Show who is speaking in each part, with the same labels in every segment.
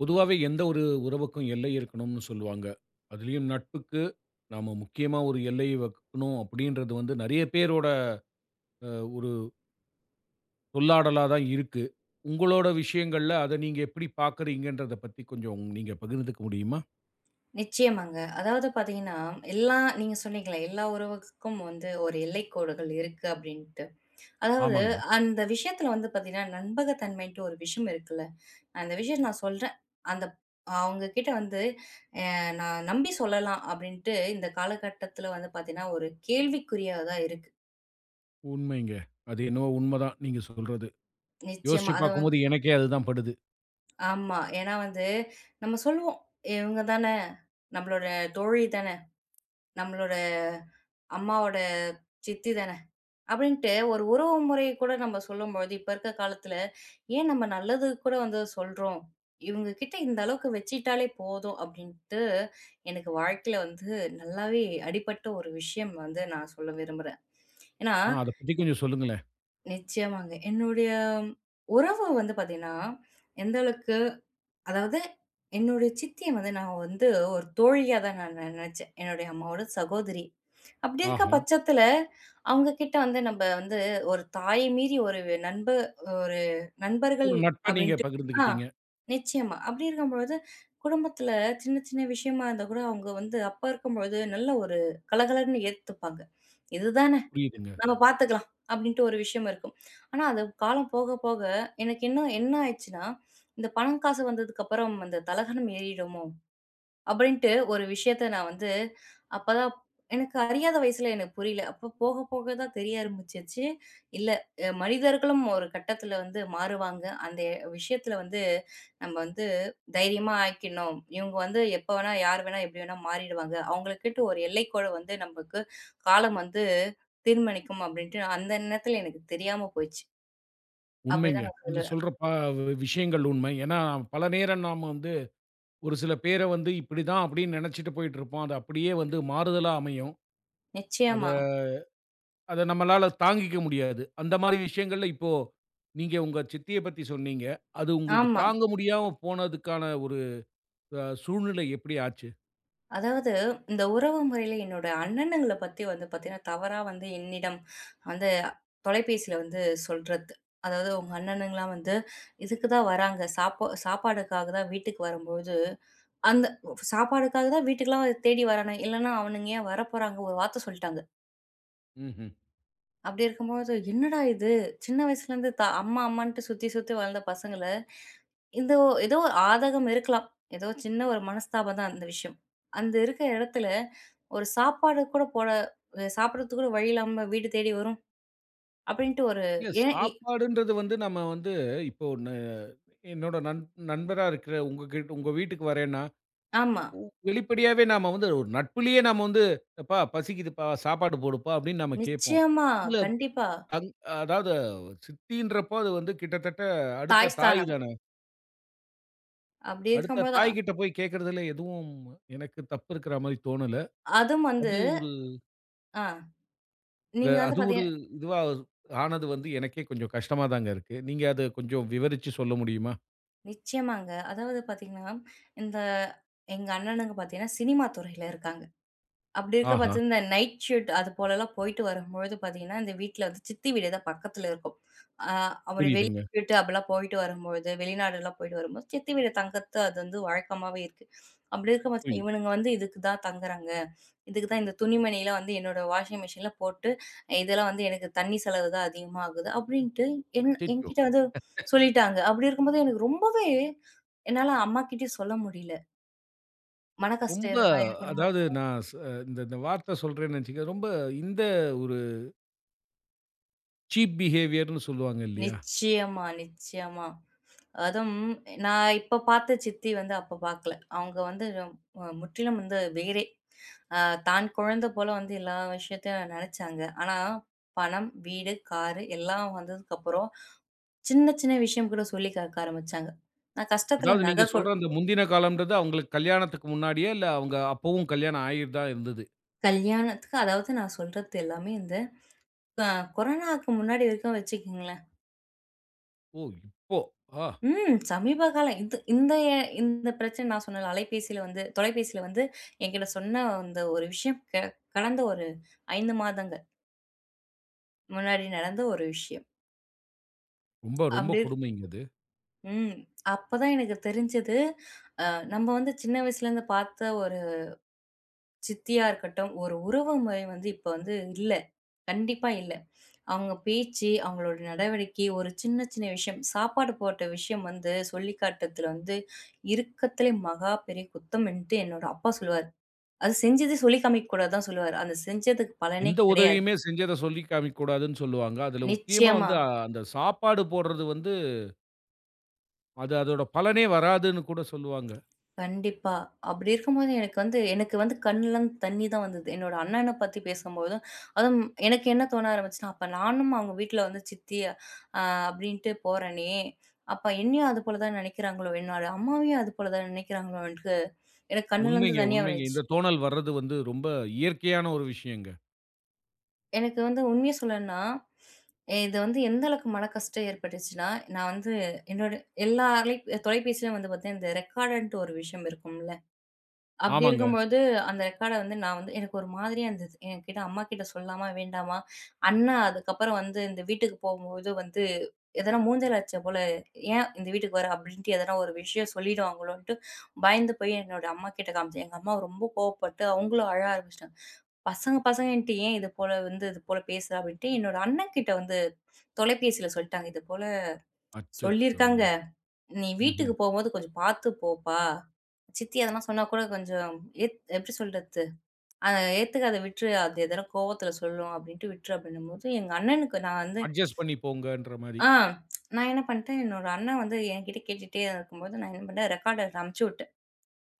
Speaker 1: பொதுவாவே எந்த ஒரு உறவுக்கும் எல்லை இருக்கணும்னு சொல்லுவாங்க. அதுலயும் நட்புக்கு நாம முக்கியமா ஒரு எல்லை வைக்கணும் அப்படின்றது வந்து நெறைய பேரோட அ ஒரு சொல்லாடலா தான் இருக்கு. உங்களோட விஷயங்கள்ல அத நீங்க எப்படி பார்க்குறீங்கன்றத பத்தி கொஞ்சம் நீங்க பகிர்ந்துக்க முடியுமா?
Speaker 2: நிச்சயமாங்க. அதாவது பார்த்தீங்கன்னா, எல்லா நீங்க சொன்னீங்களே, எல்லா உறவுக்கும் வந்து ஒரு எல்லைக்கோடுகள் இருக்கு அப்டின்ட்டு. அதாவது
Speaker 1: ஆமாங்க.
Speaker 2: அந்த விஷயத்துல வந்து பார்த்தீங்கன்னா, நம்பகத்தன்மைன்ட்டு ஒரு விஷயம் இருக்குல்ல. அந்த விஷயம் நான் சொல்றேன். அந்த அவங்க கிட்ட வந்து நான் நம்பி சொல்லலாம் அப்டின்ட்டு இந்த காலகட்டத்துல வந்து பார்த்தீங்கன்னா, ஒரு கேள்விக்குறியா தான் இருக்கு.
Speaker 1: உண்மைங்க. அது என்னவோ உண்மதான் நீங்க சொல்றது.
Speaker 2: நிச்சயமா.
Speaker 1: யோசிச்சு
Speaker 2: அத வந்
Speaker 1: பார்க்கும்போது எனக்கே அதுதான் படுது.
Speaker 2: ஆமா. ஏன்னா வந்து நம்ம சொல்லுவோம், "இவங்க தான, நம்மளோட தோழி தான, நம்மளோட அம்மாவோட சித்தி தான." அப்படின்ட்டு ஒரு உறவு முறைய கூட நம்ம சொல்லும்பொழுது, இப்ப இருக்க காலத்துல, ஏன் நம்ம நல்லது கூட வந்து சொல்றோம்? இவங்க கிட்ட இந்த அளவுக்கு வச்சுக்கிட்டாலே போதும் அப்படின்ட்டு, எனக்கு வாழ்க்கையில வந்து நல்லாவே அடிபட்ட ஒரு விஷயம் வந்து நான் சொல்ல விரும்புறேன். ஏன்னா,
Speaker 1: ஆ, அத பத்தி கொஞ்சம் சொல்லுங்களேன்.
Speaker 2: நிச்சயமாங்க. என்னுடைய உறவு வந்து பாத்தீங்கன்னா, எந்த அளவுக்கு அதாவது என்னுடைய சித்திய வந்து நான் வந்து ஒரு தோழியா தான் நான் நெனச்சேன். என்னுடைய அம்மாவோட சகோதரி. அப்படி இருக்க
Speaker 1: ஆஹா!
Speaker 2: பட்சத்துல, அவங்க கிட்ட வந்து நம்ப வந்து ஒரு தாயை மீறி ஒரு நண்ப ஒரு நண்பர்கள்
Speaker 1: ஒரு நட்ப நீங்க
Speaker 2: அப்படின்ட்டு ஆ
Speaker 1: பகிர்ந்துக்கிட்டீங்க.
Speaker 2: நிச்சயமா. அப்படி இருக்கும்பொழுது, குடும்பத்துல சின்ன சின்ன விஷயமா இருந்தா கூட அவங்க வந்து அப்பா இருக்கும்பொழுது நல்ல ஒரு கலகலன்னு ஏத்துப்பாங்க. "இதுதானே
Speaker 1: புரியுதுங்க.
Speaker 2: நம்ம பார்த்துக்கலாம்" அப்படின்ட்டு ஒரு விஷயம் இருக்கும். ஆனா அது காலம் போக போக எனக்கு இன்னும் என்ன ஆயிடுச்சுன்னா, இந்த பணம் காசு வந்ததுக்கப்புறம் அந்த தலகணம் ஏறிடுமோ? அப்படின்ட்டு ஒரு விஷயத்த நான் வந்து அப்பதான் எனக்கு அறியாத வயசுல எனக்கு புரியல. அப்ப போக போக தான் தெரிய ஆரம்பிச்சுச்சு. இல்ல மனிதர்களும் ஒரு கட்டத்துல வந்து மாறுவாங்க. அந்த விஷயத்துல வந்து நம்ம வந்து தைரியமா ஆக்கிக்கணும். இவங்க வந்து எப்ப வேணா, யார் வேணா, எப்படி வேணா மாறிடுவாங்க. அவங்களுக்குன்ட்டு ஒரு எல்லைக்கோடு வந்து நமக்கு காலம் வந்து தீர்மானிக்கும் அப்படின்ட்டு அந்த நேரத்துல எனக்கு தெரியாம போயிடுச்சு.
Speaker 1: உண்மைங்க.
Speaker 2: அப்படிதான் நான்
Speaker 1: நீங்க
Speaker 2: சொல்லுவேன்.
Speaker 1: சொல்ற விஷயங்கள் உண்மை. ஏன்னா, பல நேரம் நாம ஒரு சில பேர வந்து இப்படிதான் அப்படின்னு நினைச்சுட்டு போயிட்டுருப்போம். அது அப்படியே வந்து மாறுதலா அமையும். அத
Speaker 2: நிச்சயமா.
Speaker 1: அத நம்மளால தாங்கிக்க முடியாது. அந்த மாரி விஷயங்கள்ல இப்போ நீங்க உங்க சித்திய பத்தி சொன்னீங்க. அது உங்களுக்கு
Speaker 2: ஆமா.
Speaker 1: தாங்க முடியாம போனதுக்கான ஒரு சூழ்நிலை எப்படி ஆச்சு?
Speaker 2: அதாவது இந்த உறவு முறையில என்னோட அண்ணனுங்கள பத்தி வந்து பார்த்தீங்கன்னா, தவறா வந்து என்னிடம் வந்து தொலைபேசியில வந்து சொல்றது. அதாவது உங்க அண்ணனுங்கலாம் வந்து இதுக்கு தான் வராங்க. சாப்பாடுக்காக தான் வீட்டுக்கு வரும்போது அந்த சாப்பாடுக்காக தான் வீட்டுக்குலாம் தேடி வரானுங்க. இல்லன்னா அவனுங்க ஏன் வரப்போறாங்க? ஒரு வார்த்த சொல்ட்டாங்க.
Speaker 1: ம்ஹ்ம்.
Speaker 2: அப்படி இருக்கும்போது என்னடா இது? சின்ன வயசுலேருந்து அம்மா அம்மான்ட்டு சுத்தி சுத்தி வளர்ந்த பசங்கள, இந்த ஏதோ ஒரு ஆதகம் இருக்கலாம். ஏதோ சின்ன ஒரு மனஸ்தாபம் தான் அந்த விஷயம். அந்த இருக்க இடத்துல ஒரு சாப்பாடு கூட போட சாப்பிடறதுக்கு கூட வழி இல்லாம வீடு தேடி வரும். அப்படின்ட்டு ஒரு
Speaker 1: இல்ல,
Speaker 2: ஏன் இ
Speaker 1: சாப்பாடுன்றது வந்து நம்ம வந்து இப்போ என்னோட நண்பரா இருக்கிற உங்க கிட்ட உங்க வீட்டுக்கு வரேன்னா,
Speaker 2: ஆமா.
Speaker 1: வெளிப்படையாவே நாம வந்து ஒரு நட்புலயே நாம வந்து, "எப்பா பசிக்குதுப்பா சாப்பாடு போடுப்பா" அப்படின்னு நம்ம கேட்போம்.
Speaker 2: நிச்சயமா.
Speaker 1: அதுல
Speaker 2: கண்டிப்பா.
Speaker 1: அங் அதாவது, சித்தின்றப்போ அது வந்து கிட்டத்தட்ட அடுத்த தாய்
Speaker 2: தாய்ஸ்தானம்.
Speaker 1: தானே!
Speaker 2: அப்படி
Speaker 1: அடுத்த
Speaker 2: இருக்கும்போது
Speaker 1: தாய் கிட்ட போய் கேட்கிறதுல எதுவும் எனக்கு தப்பு இருக்கிற மாரி தோணல.
Speaker 2: அதுவும் வந்து
Speaker 1: அது ஒரு
Speaker 2: ஆ
Speaker 1: அ
Speaker 2: நீங்க வந்து
Speaker 1: அது ஒரு
Speaker 2: பார்த்தீங்க
Speaker 1: இதுவா ஆனது வந்து எனக்கே கொஞ்சம் கஷ்டமா தாங்க இருக்கு. நீங்க அத கொஞ்சம் விவரிச்சு சொல்ல முடியுமா?
Speaker 2: நிச்சயமாங்க. அதாவது பார்த்தீங்கன்னா, இந்த எங்க அண்ணனுங்க பார்த்தீங்கன்னா, சினிமா துறையில இருக்காங்க. அப்படி இருக்க
Speaker 1: ஆஹா!
Speaker 2: பட்சத்துல இந்த நைட் ஷிஃப்ட் அது போலலாம் போயிட்டு வரும்பொழுது பார்த்தீங்கன்னா, இந்த வீட்ல வந்து சித்தி வீடு தான் பக்கத்துல இருக்கும். அ அப்படி வெளி
Speaker 1: புரியுதுங்க,
Speaker 2: ஷிஃப்ட் அப்படிலாம் போயிட்டு வரும்பொழுது, வெளிநாடுலாம் போயிட்டு வரும்போது, சித்தி வீடு தங்கறது அது வந்து வழக்கமாவே இருக்கு. அப்படி இருக்க பட்சம்
Speaker 1: புரியுது.
Speaker 2: இவனுங்க வந்து இதுக்கு தான் தங்குறாங்க. இதுக்கு தான் இந்த துணிமணிலாம் வந்து என்னோட வாஷிங் மிஷின்ல போட்டு, இதெல்லாம் வந்து எனக்கு தண்ணி செலவு தான் அதிகமா ஆகுது அப்படின்ட்டு
Speaker 1: அச்சச்சோ!
Speaker 2: என்கிட்ட வந்து சொல்லிட்டாங்க. அப்படி இருக்கும்போது எனக்கு ரொம்பவே என்னால அம்மாகிட்டயும் சொல்ல முடியல. மன கஷ்டம்
Speaker 1: ரொம்ப,
Speaker 2: எதனா இது
Speaker 1: அதாவது,
Speaker 2: பண்ணும்போது
Speaker 1: நான் இந்த இந்த வார்த்த சொல்றேன்னு வச்சுக்கங்க. ரொம்ப இந்த ஒரு சீப் பிஹேவியர்ன்னு சொல்லுவாங்க இல்லயா!
Speaker 2: நிச்சயமா, நிச்சயமா. அதுவும் நான் இப்ப பார்த்த சித்தி வந்து அப்ப பார்க்கல. அவங்க வந்து முற்றிலும் வந்து வேறே. அ தான் குழந்த போல வந்து எல்லா விஷயத்தையும் நெனச்சாங்க. ஆனா பணம், வீடு, காரு எல்லாம் வந்ததுக்கப்புறம், சின்ன சின்ன விஷயம் கூட சொல்லி கேக்க ஆரம்பிச்சாங்க. நான் கஷ்டத்துல
Speaker 1: அதாவது நீங்க
Speaker 2: நகை கொ
Speaker 1: சொல்ற அந்த முந்தின காலம்ன்றது அவுங்களுக்கு கல்யாணத்துக்கு முன்னாடியே? இல்ல அவுங்க அப்பவும் கல்யாணம் ஆயி தான் இருந்தது.
Speaker 2: கல்யாணத்துக்கு அதாவது நான் சொல்றது எல்லாமே இந்த அ கொரோனாவுக்கு முன்னாடி வரைக்கும் வச்சுக்கங்களேன்.
Speaker 1: ஓ! இப்போ. ஆ,
Speaker 2: ம். சமீப காலம் இது இந்த இந்த பிரச்சனை நான் சொன்னேன்ல, அலைபேசியில வந்து தொலைபேசியில வந்து என்கிட்ட சொன்ன அந்த ஒரு விஷயம் கடந்த ஒரு 5 மாதங்கள் முன்னாடி நடந்த ஒரு விஷயம்.
Speaker 1: ரொம்ப, ரொம்ப
Speaker 2: அப்படி இருக்-
Speaker 1: கொடுமைங்க அது.
Speaker 2: ம். அப்பதான் எனக்கு தெரிஞ்சது, அ நம்ம வந்து சின்ன வயசுலேருந்து பார்த்த ஒரு சித்தியா இருக்கட்டும், ஒரு உறவு முறை வந்து இப்ப வந்து இல்ல. கண்டிப்பா இல்ல. அவங்க பேச்சு, அவங்களோட நடவடிக்கை, ஒரு சின்ன சின்ன விஷயம், சாப்பாடு போட்ட விஷயம் வந்து சொல்லிக்காட்டுறதுல வந்து இருக்கத்திலே மகா பெரிய குத்தம்ன்ட்டு என்னோட அப்பா சொல்லுவாரு. அது செஞ்சது சொல்லி காமிக்க கூடாதுதான் சொல்லுவாரு. அந்த செஞ்சதுக்கு பலனே
Speaker 1: எந்த
Speaker 2: கிடையாது.
Speaker 1: உதவியுமே செஞ்சத சொல்லி காமிக்க கூடாதுன்னு சொல்லுவாங்க. அதுல முக்கியமா
Speaker 2: நிச்சயமா.
Speaker 1: வந்து அந்த சாப்பாடு போடுறது வந்து, அது அதோட பலனே வராதுன்னு கூட சொல்லுவாங்க.
Speaker 2: கண்டிப்பா. அப்படி இருக்கும்போது எனக்கு வந்து கண்லருந்து தண்ணி தான் வந்தது. என்னோட அண்ணன பத்தி பேசும்போதும், அதுவும் எனக்கு என்ன தோண ஆரம்பிச்சுன்னா, அப்ப நானும் அவங்க வீட்ல வந்து சித்தி அப்படின்ட்டு போறேனே, அப்ப என்னையும் அது போல தான் நினைக்கிறாங்களோ, என்னோட அம்மாவையும் அது போல தான் நினைக்கிறாங்களோன்ட்டு எனக்கு கண்ணுலருந்து
Speaker 1: உண்மைங்க,
Speaker 2: தண்ணீயா
Speaker 1: உண்மைங்க.
Speaker 2: வந்துச்சு.
Speaker 1: இந்த தோணல் வர்றது வந்து ரொம்ப இயற்கையான ஒரு விஷயங்க.
Speaker 2: எனக்கு வந்து உண்மைய சொல்லணும்னா, இது வந்து எந்த அளவுக்கு மனக்கஷ்டம் ஏற்பட்டுச்சுன்னா, நான் வந்து என்னோட எல்லா அலை தொலைபேசியிலும் வந்து பார்த்தீங்கன்னா, இந்த ரெக்கார்டுன்ட்டு ஒரு விஷயம் இருக்கும்ல. அப்படி
Speaker 1: ஆமாங்க.
Speaker 2: இருக்கும்பொழுது, அந்த ரெக்கார்ட வந்து நான் வந்து எனக்கு ஒரு மாதிரியா இருந்தது. என்கிட்ட அம்மாகிட்ட சொல்லாமா? வேண்டாமா? அண்ணா அதுக்கப்புறம் வந்து இந்த வீட்டுக்கு போகும்போது வந்து, எதனா "மூஞ்சில அடிச்ச போல, ஏன் இந்த வீட்டுக்கு வர?" அப்படின்ட்டு எதனா ஒரு விஷயம் சொல்லிடுவாங்களோன்ட்டு பயந்து போய் என்னோட அம்மாகிட்ட காமிச்சேன். எங்க அம்மா ரொம்ப கோவப்பட்டு அவங்களும் அழ ஆரம்பிச்சுட்டாங்க. "பசங்க பசங்கன்ட்டு ஏன் இது போல வந்து இது போல பேசுற?" அப்படின்ட்டு என்னோட அண்ணன்கிட்ட வந்து தொலைபேசியில சொல்லிட்டாங்க. இது போல
Speaker 1: அச்சச்சோ!
Speaker 2: சொல்லியிருக்காங்க. "நீ
Speaker 1: ம்ஹ்ம்.
Speaker 2: வீட்டுக்கு போம்போது கொஞ்சம் பாத்து போப்பா. சித்தி அதெல்லாம் சொன்னா கூட கொஞ்சம் எப்படி சொல்றது? அ ஏத்துக்காத விட்டுரு. அது எதனா கோவத்துல சொல்லும் அப்டின்ட்டு விட்டுரு" அப்டின்னும்போது, எங்க அண்ணனுக்கு நான் வந்து
Speaker 1: அட்ஜஸ்ட் பண்ணி போங்கன்ற மாரி.
Speaker 2: ஆ நான் என்ன பண்ணிட்டேன், என்னோட அண்ணன் வந்து என்கிட்ட கேட்டுட்டே இருக்கும்போது, நான் என்ன பண்ணிட்டேன் ரெக்கார்டர் அனுப்பிச்சு விட்டேன்.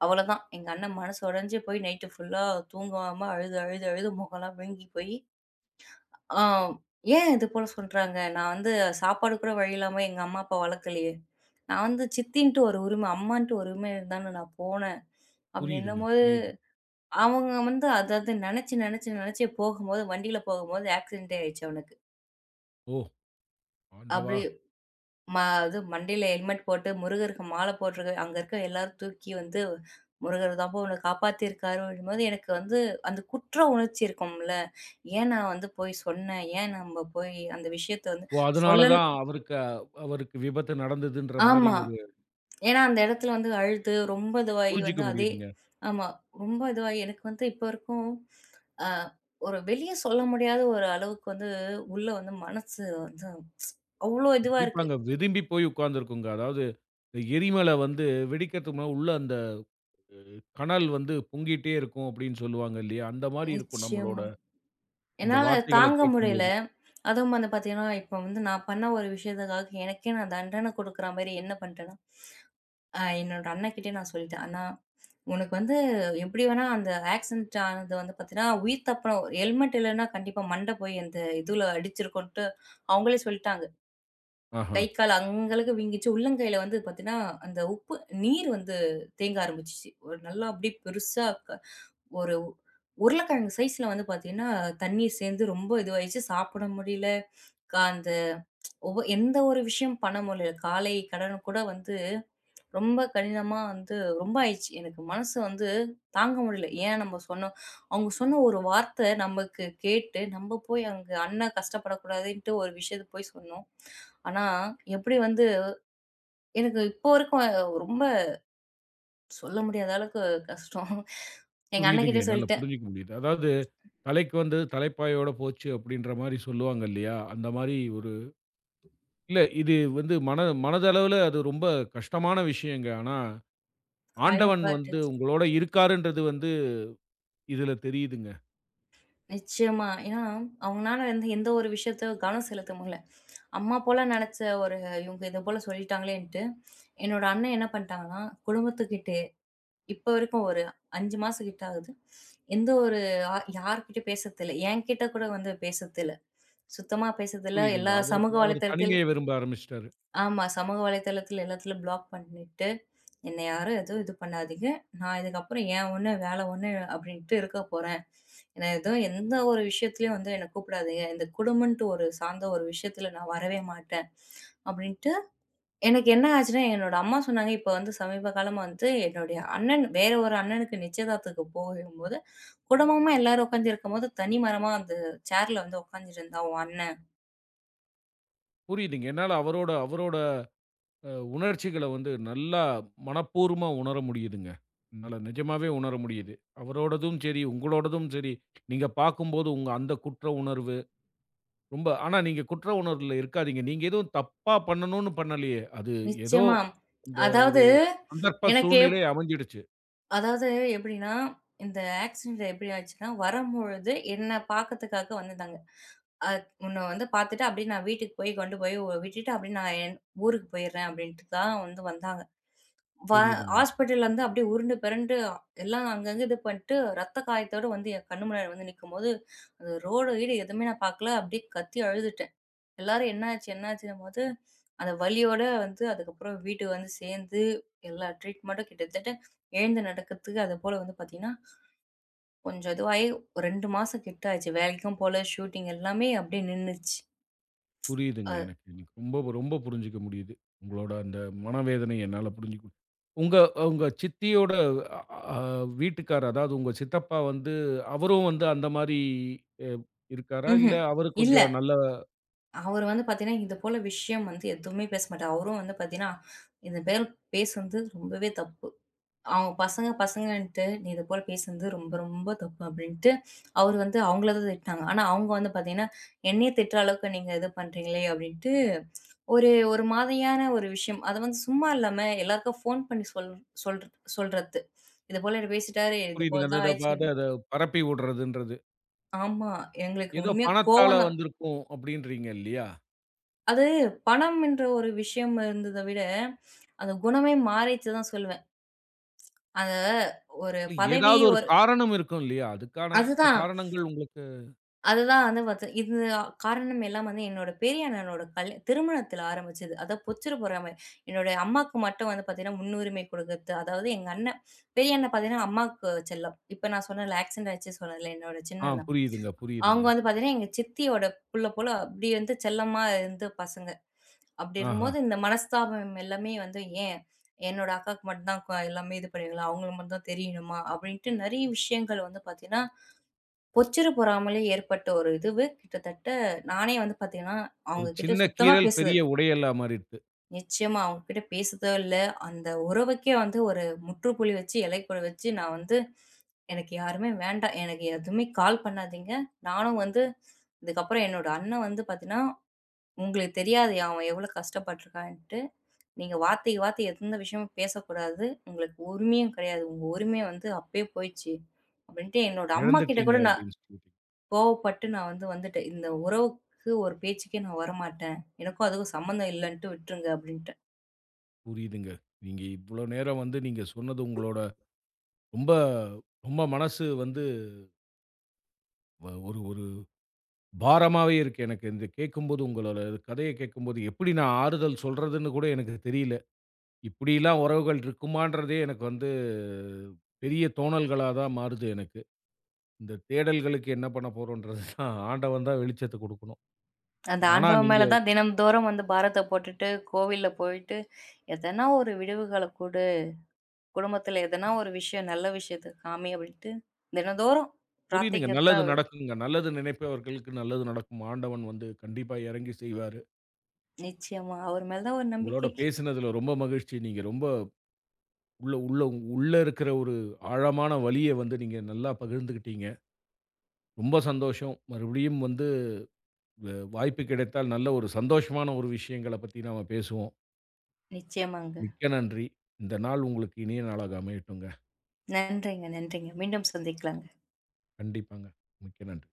Speaker 2: அவ்வளோதான். எங்க அண்ணன் மனசு உடைஞ்சு போய் நைட்டு ஃபுல்லா தூங்காம அழுது, அழுது, அழுது முகம்லாம் வீங்கி போய் ஆ. ஏன் இது போல சொல்றாங்க? நான் வந்து சாப்பாடு கூட வழி இல்லாம எங்க அம்மா, அப்பா வளர்க்கலையே. நான் வந்து சித்தின்ட்டு ஒரு உரிமை, அம்மான்ட்டு ஒரு உரிமை இருந்தானு நான் போனேன்.
Speaker 1: புரியுதுங்க,
Speaker 2: அப்படின்னும்போது,
Speaker 1: புரியுது.
Speaker 2: அவங்க வந்து அதாவது நெனச்சு, நெனச்சு, நெனச்சே போகும்போது வண்டியில போகும்போது ஆக்சிடென்ட்டே ஆயிடுச்சு அவனுக்கு.
Speaker 1: ஓ!
Speaker 2: அப்படி
Speaker 1: ஆண்டவா!
Speaker 2: ம அது மண்டையில ஹெல்மெட் போட்டு, முருகருக்கு மாலை போட்டிருக்க அங்க இருக்க எல்லாரும் தூக்கி வந்து, "முருகர் தான்ப்பா உன்ன காப்பாத்தியிருக்காரு" அப்படிங்கும்போது எனக்கு வந்து அந்த குற்ற உணர்ச்சி இருக்கும்ல. ஏன் நான் வந்து போய் சொன்னேன்? ஏன் நம்ப போய் அந்த விஷயத்த வந்து
Speaker 1: ஓ! அதனால
Speaker 2: சொல்லல்
Speaker 1: தான் அவருக்கு அவருக்கு விபத்து நடந்ததுன்ற மாரி
Speaker 2: ஆமா.
Speaker 1: ஒரு
Speaker 2: ஏன்னா, அந்த இடத்துல வந்து அழுது, ரொம்ப இதுவாகி
Speaker 1: புரிஞ்சுக்க
Speaker 2: வந்து அதே
Speaker 1: முடியுதுங்க.
Speaker 2: ஆமா. ரொம்ப இதுவாகி எனக்கு வந்து இப்போ வரைக்கும் அ ஒரு வெளிய சொல்ல முடியாத ஒரு அளவுக்கு வந்து உள்ள வந்து மனசு வந்து அவ்ளோ இதுவா இருக்கு.
Speaker 1: கண்டிப்பாங்க. விரும்பி போய் உட்கார்ந்துருக்குங்க. அதாவது இந்த எரிமலை வந்து வெடிக்கிறதுக்கு முன்னால உள்ள அந்த கனல் வந்து பொங்கிட்டே இருக்கும் அப்படின்னு சொல்லுவாங்க இல்லையா? அந்த மாரி இருக்கும் நம்மளோட
Speaker 2: நிச்சயமா.
Speaker 1: இந்த
Speaker 2: என்னால
Speaker 1: வார்த்தைகள
Speaker 2: தாங்க முடியல.
Speaker 1: கேட்கும்போது.
Speaker 2: அதுவும் வந்து பார்த்தீங்கன்னா, இப்போ வந்து நான் பண்ண ஒரு விஷயத்துக்காக எனக்கே நான் தண்டனை குடுக்குற மாரி என்ன பண்ட்டேன்னா, என்னோட அண்ணன்கிட்டயே நான் சொல்லிட்டேன். அண்ணா உனக்கு வந்து எப்படி வேணா அந்த ஆக்சிடென்ட் ஆனது வந்து பார்த்தீங்கன்னா, உயிர் தப்புன ஹெல்மெட் இல்லன்னா கண்டிப்பா மண்ட போய் அந்த இதுல அடிச்சிருக்குன்ட்டு அவங்களே சொல்லிட்டாங்க.
Speaker 1: ஆஹா.
Speaker 2: கை, கால் அங்கங்களுக்கு வீங்கிச்சு. உள்ளங்கையில வந்து பார்த்தீங்கன்னா, அந்த உப்பு நீர் வந்து தேங்க ஆரம்பிச்சுச்சு. ஒரு நல்லா அப்படியே பெருசா க ஒரு உருளைக்கிழங்கு சைஸ்ல வந்து பார்த்தீங்கன்னா, தண்ணீர் சேர்ந்து ரொம்ப இதுவாயிருச்சு. சாப்பிட முடியல. அந்த எந்த ஒரு விஷயம் பண்ண முடியல. காலை கடன் கூட வந்து ரொம்ப கடினமா வந்து ரொம்ப ஆயிடுச்சு. எனக்கு மனசு வந்து தாங்க முடியல. ஏன் நம்ம சொன்னோம் அவங்க சொன்ன ஒரு வார்த்தை நமக்கு கேட்டு, நம்ம போய் அங்க அண்ணன் கஷ்டப்படக்கூடாதுன்ட்டு ஒரு விஷயத்த போய் சொன்னோம். ஆனா, எப்படி வந்து எனக்கு இப்போ வரைக்கும் ரொம்ப சொல்ல முடியாத அளவுக்கு கஷ்டம். எங்க
Speaker 1: புரியுதுங்க.
Speaker 2: அண்ணன்கிட்டயே
Speaker 1: என்னால
Speaker 2: சொல்லிட்டேன்.
Speaker 1: புரிஞ்சுக்க முடியுது. அதாவது, தலைக்கு வந்து தலைப்பாயோட போச்சு அப்படின்ற மாரி சொல்லுவாங்க இல்லையா? அந்த மாரி ஒரு இல்ல இது வந்து மனதளவுல அது ரொம்ப கஷ்டமான விஷயங்க. ஆனா ஆண்டவன் வந்து
Speaker 2: காயப்பட்டுச்சு.
Speaker 1: உங்களோட இருக்காருன்றது வந்து இதுல தெரியுதுங்க.
Speaker 2: நிச்சயமா. ஏன்னா, அவங்கனால வந்து எந்த ஒரு விஷயத்த கவனம் செலுத்த முடியல. அம்மா போல நெனச்ச ஒரு இவங்க இத போல சொல்லிட்டாங்களேன்ட்டு, என்னோட அண்ணன் என்ன பண்ணிட்டாங்கன்னா, குடும்பத்துக்கிட்ட இப்ப வரைக்கும் ஒரு 5 மாசம் கிட்ட ஆகுது. எந்த ஒரு யார்கிட்டயும் பேசறதில்ல. என்கிட்ட கூட வந்து பேசறதில்ல. சுத்தமா பேசறதில்ல.
Speaker 1: புரியுதுங்க.
Speaker 2: எல்லா சமூக
Speaker 1: அவருக்கு அவர்
Speaker 2: வலைத்தளத்தில்
Speaker 1: தனிமைய விரும்ப ஆரம்பிச்சுட்டாரு.
Speaker 2: ஆமா. சமூக வலைத்தளத்துல எல்லாத்துலயும் பிளாக் பண்ணிட்டு, "என்ன யாரும் எதுவும் இது பண்ணாதீங்க. நான் இதுக்கப்புறம் என் ஒண்ணு, வேலை ஒண்ணு அப்படின்ட்டு இருக்க போறேன். என்ன எதுவும் எந்த ஒரு விஷயத்துலயும் வந்து என்ன கூப்பிடாதீங்க. இந்த குடும்பம்ன்ட்டு ஒரு சார்ந்த ஒரு விஷயத்துல நான் வரவே மாட்டேன்." அப்படின்ட்டு எனக்கு என்ன ஆச்சுன்னா, என்னோட அம்மா சொன்னாங்க, இப்ப வந்து சமீப காலமா வந்து என்னுடைய அண்ணன் வேற ஒரு அண்ணனுக்கு நிச்சயதார்த்தத்துக்கு போகும்போது, குடும்பமா எல்லாரும் உட்கார்ந்து இருக்கும்போது, தனி மரமா அந்த சேர்ல வந்து உட்கார்ந்துட்டு இருந்தான் உன் அண்ணன்.
Speaker 1: புரியுதுங்க. என்னால அவரோட அவரோட அ உணர்ச்சிகள வந்து நல்லா மனப்பூர்வமா உணர முடியுதுங்க. என்னால நிஜமாவே உணர முடியுது. அவரோடதும் சரி, உங்களோடதும் சரி, நீங்க பார்க்கும்போது உங்க அந்த குற்ற உணர்வு ரொம்ப, ஆனா நீங்க குற்ற உணர்வுல இருக்காதீங்க. நீங்க எதுவும் தப்பா பண்ணணும்னு பண்ணலையே! அது ஏதோ
Speaker 2: நிச்சயமா.
Speaker 1: இந்த ஒரு
Speaker 2: அதாவது
Speaker 1: சந்தர்ப்ப
Speaker 2: எனக்கு எப்-
Speaker 1: சூழ்நிலை அமைஞ்சிடுச்சு.
Speaker 2: அதாவது எப்படின்னா, இந்த ஆக்சிடென்ட் எப்படி ஆச்சுன்னா, வரும்பொழுது என்ன பாக்கறதுக்காக வந்திருந்தாங்க. அ உன்ன வந்து பாத்துட்டு அப்படியே நான் வீட்டுக்கு போய் கொண்டு போய் விட்டுட்டு அப்படியே நான் என் ஊருக்கு போயிடுறேன் அப்படின்ட்டு தான் வந்து வந்தாங்க. வ
Speaker 1: புரியுதுங்க,
Speaker 2: ஹாஸ்பிட்டல்லருந்து அப்படியே உருண்டு பெரண்டு எல்லாம் அங்கங்க இது பண்ட்டு, ரத்த காயத்தோட வந்து என் கண்ணு முன்னாடி வந்து நிக்கும்போது, அந்த ரோடு கீடு எதுவுமே நான் பார்க்கல. அப்படியே கத்தி அழுதுட்டேன். எல்லாரும் "என்னாச்சு? என்னாச்சுன்னும்போது" அந்த வலியோட வந்து அதுக்கப்புறம் வீட்டுக்கு வந்து சேர்ந்து, எல்லா ட்ரீட்மெண்ட்டும் கிட்டத்தட்ட எழுந்து நடக்கிறதுக்கு அது போல வந்து பார்த்தீங்கன்னா, கொஞ்சம் இதுவாகி ஒரு 2 மாசம் கிட்ட ஆச்சு. வேலைக்கும் போல, ஷூட்டிங் எல்லாமே அப்படியே நின்னுச்சு.
Speaker 1: புரியுதுங்க.
Speaker 2: அ
Speaker 1: எனக்கு எனக்கு ரொம்ப ரொம்ப புரிஞ்சுக்க முடியுது. உங்களோட அந்த மனவேதனை என்னால புரிஞ்சுக்க முடியுது. உங்க உங்க சித்தியோட அ அ வீட்டுக்கார், அதாவது உங்க சித்தப்பா வந்து, அவரும் வந்து அந்த மாரி அ இருக்காரா? இல்ல
Speaker 2: ம்ஹ்ம்.
Speaker 1: அவரு
Speaker 2: இல்ல.
Speaker 1: கொஞ்சம் நல்ல
Speaker 2: அவரு வந்து பார்த்தீங்கன்னா, இது போல விஷயம் வந்து எதுவுமே பேச மாட்டாரு. அவரும் வந்து பார்த்தீங்கன்னா, "இந்த பேசு வந்து ரொம்பவே தப்பு. அவங்க பசங்க பசங்கன்ட்டு நீ இது போல பேசுனது ரொம்ப ரொம்ப தப்பு" அப்படின்ட்டு அவரு வந்து அவங்கள தான் திட்டுனாங்க. ஆனா, அவங்க வந்து பார்த்தீங்கன்னா, என்னைய திட்டுற அளவுக்கு நீங்க இது பண்றீங்களே அப்படின்ட்டு ஒரு ஒரு மாதிரியான ஒரு விஷயம். அது வந்து சும்மா இல்லாம எல்லாருக்கும் ஃபோன் பண்ணி சொல் சொல் சொல்றது. "இது போல இவரு பேசிட்டாரு. இது போல
Speaker 1: புரியுதுங்க. அந்த
Speaker 2: தான் ஆயிடுச்சு."
Speaker 1: அத அத பரப்பி விடுறதுன்றது.
Speaker 2: ஆமா. எங்களுக்கு
Speaker 1: ஏதோ
Speaker 2: உண்மையா
Speaker 1: பணத்தால
Speaker 2: கோவம்
Speaker 1: வந்திருக்கும் அப்படின்றீங்க இல்லையா?
Speaker 2: அது பணம் என்ற ஒரு விஷயம் இருந்தத விட, அந்த குணமே மாறிச்சு தான் சொல்லுவேன். அந்த ஒரு
Speaker 1: இல்ல
Speaker 2: பதவி
Speaker 1: ஏதாவது ஒரு
Speaker 2: ஒரு
Speaker 1: காரணம் இருக்கும் இல்லையா? அதுக்கான
Speaker 2: அதுதான்,
Speaker 1: காரணங்கள் உங்களுக்கு.
Speaker 2: அதுதான், வந்து பாத்து இது காரணம் எல்லாம் வந்து என்னோட பெரிய அண்ணனோட கல் திருமணத்தில ஆரம்பிச்சது. அதான் பொச்சிட பொறாமை. என்னோட அம்மாக்கு மட்டும் வந்து பாத்தீங்கன்னா, முன்னுரிமை குடுக்கறது. அதாவது எங்க அண்ணன் பெரிய அண்ணன் பாத்தீங்கன்னா, அம்மாக்கு செல்லம். இப்ப நான் சொன்னேன்ல ஆக்சிடென்ட் ஆயிடுச்சுன்னு சொன்னேன்ல என்னோட சின்ன
Speaker 1: ஆ,
Speaker 2: அண்ணா.
Speaker 1: புரியுதுங்க, புரியுதுங்க.
Speaker 2: அவங்க வந்து பாத்தீங்கன்னா, எங்க சித்தியோட புள்ள போல அப்படி வந்து செல்லமா இருந்த பசங்க. அப்படி
Speaker 1: ஆஹா.
Speaker 2: இருக்கும்போது இந்த மனஸ்தாபம் எல்லாமே வந்து ஏன் என்னோட அக்காக்கு மட்டும் தான் எல்லாமே இது பண்ணுவீங்களா அவங்களுக்கு மட்டும் தான் தெரியணுமா அப்படின்ட்டு நிறைய விஷயங்கள் வந்து பார்த்தீங்கன்னா பொச்சிரு பொறாமலே ஏற்பட்ட ஒரு இதுவு கிட்டத்தட்ட நானே வந்து பார்த்தீங்கன்னா
Speaker 1: ஒரு
Speaker 2: அவங்க கிட்ட
Speaker 1: சின்ன
Speaker 2: சுத்தமா
Speaker 1: கீறல் பெரிய
Speaker 2: பேசுதல்
Speaker 1: உடையலா மாறிடுது.
Speaker 2: நிச்சயமா அவங்க கிட்ட பேசுதோ இல்லை அந்த உறவுக்கே வந்து ஒரு முற்றுப்புள்ளி வச்சு இலைக்குழி வச்சு நான் வந்து எனக்கு யாருமே வேண்டாம் எனக்கு எதுவுமே கால் பண்ணாதீங்க நானும் வந்து இதுக்கப்புறம் என்னோட அண்ணன் வந்து பார்த்தீங்கன்னா உங்களுக்கு தெரியாது அவன் எவ்வளோ கஷ்டப்பட்டிருக்கான்ட்டு நீங்க வார்த்தைக்கு வார்த்தை எந்த விஷயமும் பேசக்கூடாது. உங்களுக்கு உரிமையும் கிடையாது. உங்க உரிமை வந்து அப்பயே போயிடுச்சு. அப்படின்ட்டு என்னோட அம்மா கிட்ட
Speaker 1: இழந்துட்டீங்க
Speaker 2: கூட நான்
Speaker 1: அப்படின்னு சொல்லி.
Speaker 2: கோவப்பட்டு நான் வந்து வந்துட்டேன். இந்த உறவுக்கு ஒரு பேச்சுக்கே நான் வரமாட்டேன். எனக்கும் அதுக்கும் சம்மந்தம் இல்லன்ட்டு விட்டுருங்க அப்படின்ட்டேன்.
Speaker 1: புரியுதுங்க. நீங்க இவ்ளோ நேரம் வந்து நீங்க சொன்னது உங்களோட ரொம்ப ரொம்ப மனசு வந்து ஒரு ஒரு பாரமாவே இருக்கு எனக்கு. இந்த கேட்கும்போது உங்களோட கதைய கேட்கும்போது, எப்படி நான் ஆறுதல் சொல்றதுன்னு கூட எனக்கு தெரியல. இப்படிலாம் உறவுகள் இருக்குமான்றதே எனக்கு வந்து பெரிய தோணல்களா தான் மாறுது எனக்கு. இந்த தேடல்களுக்கு என்ன பண்ண போறோம்ன்றது தான். ஆண்டவன் தான் வெளிச்சத்த குடுக்கணும்.
Speaker 2: அந்த
Speaker 1: ஆனா
Speaker 2: ஆண்டவன்
Speaker 1: நீங்க
Speaker 2: மேல தான் தினம்தோறும் வந்து பாரத்த போட்டுட்டு, கோவில்ல போயிட்டு, எதனா ஒரு விடிவுகால குடு. குடும்பத்தில எதனா ஒரு விஷயம், நல்ல விஷயத்த காமி அப்படின்ட்டு தினந்தோறும்
Speaker 1: புரியுதுங்க.
Speaker 2: பிரார்த்திக்கிறது
Speaker 1: நல்லது
Speaker 2: தான்.
Speaker 1: நடக்குங்க. நல்லது நினைப்பவர்களுக்கு நல்லது நடக்கும். ஆண்டவன் வந்து கண்டிப்பா இறங்கி செய்வாரு.
Speaker 2: நிச்சயமா. அவர் மேல தான் ஒரு
Speaker 1: உங்களோட
Speaker 2: நம்பிக்கை.
Speaker 1: பேசினதுல ரொம்ப மகிழ்ச்சி. நீங்க ரொம்ப உள்ள உள்ள உள்ள இருக்கிற ஒரு ஆழமான வலிய வந்து நீங்க நல்லா பகிர்ந்துக்கிட்டீங்க. ரொம்ப சந்தோஷம். மறுபடியும் வந்து வ வாய்ப்பு கிடைத்தால் நல்ல ஒரு சந்தோஷமான ஒரு விஷயங்கள பத்தி நாம பேசுவோம்.
Speaker 2: நிச்சயமாங்க.
Speaker 1: மிக்க நன்றி. இந்த நாள் உங்களுக்கு இனிய நாளாக அமையட்டுங்க.
Speaker 2: நன்றிங்க, நன்றிங்க. மீண்டும் சந்திக்கலாங்க.
Speaker 1: கண்டிப்பாங்க. மிக்க நன்றி.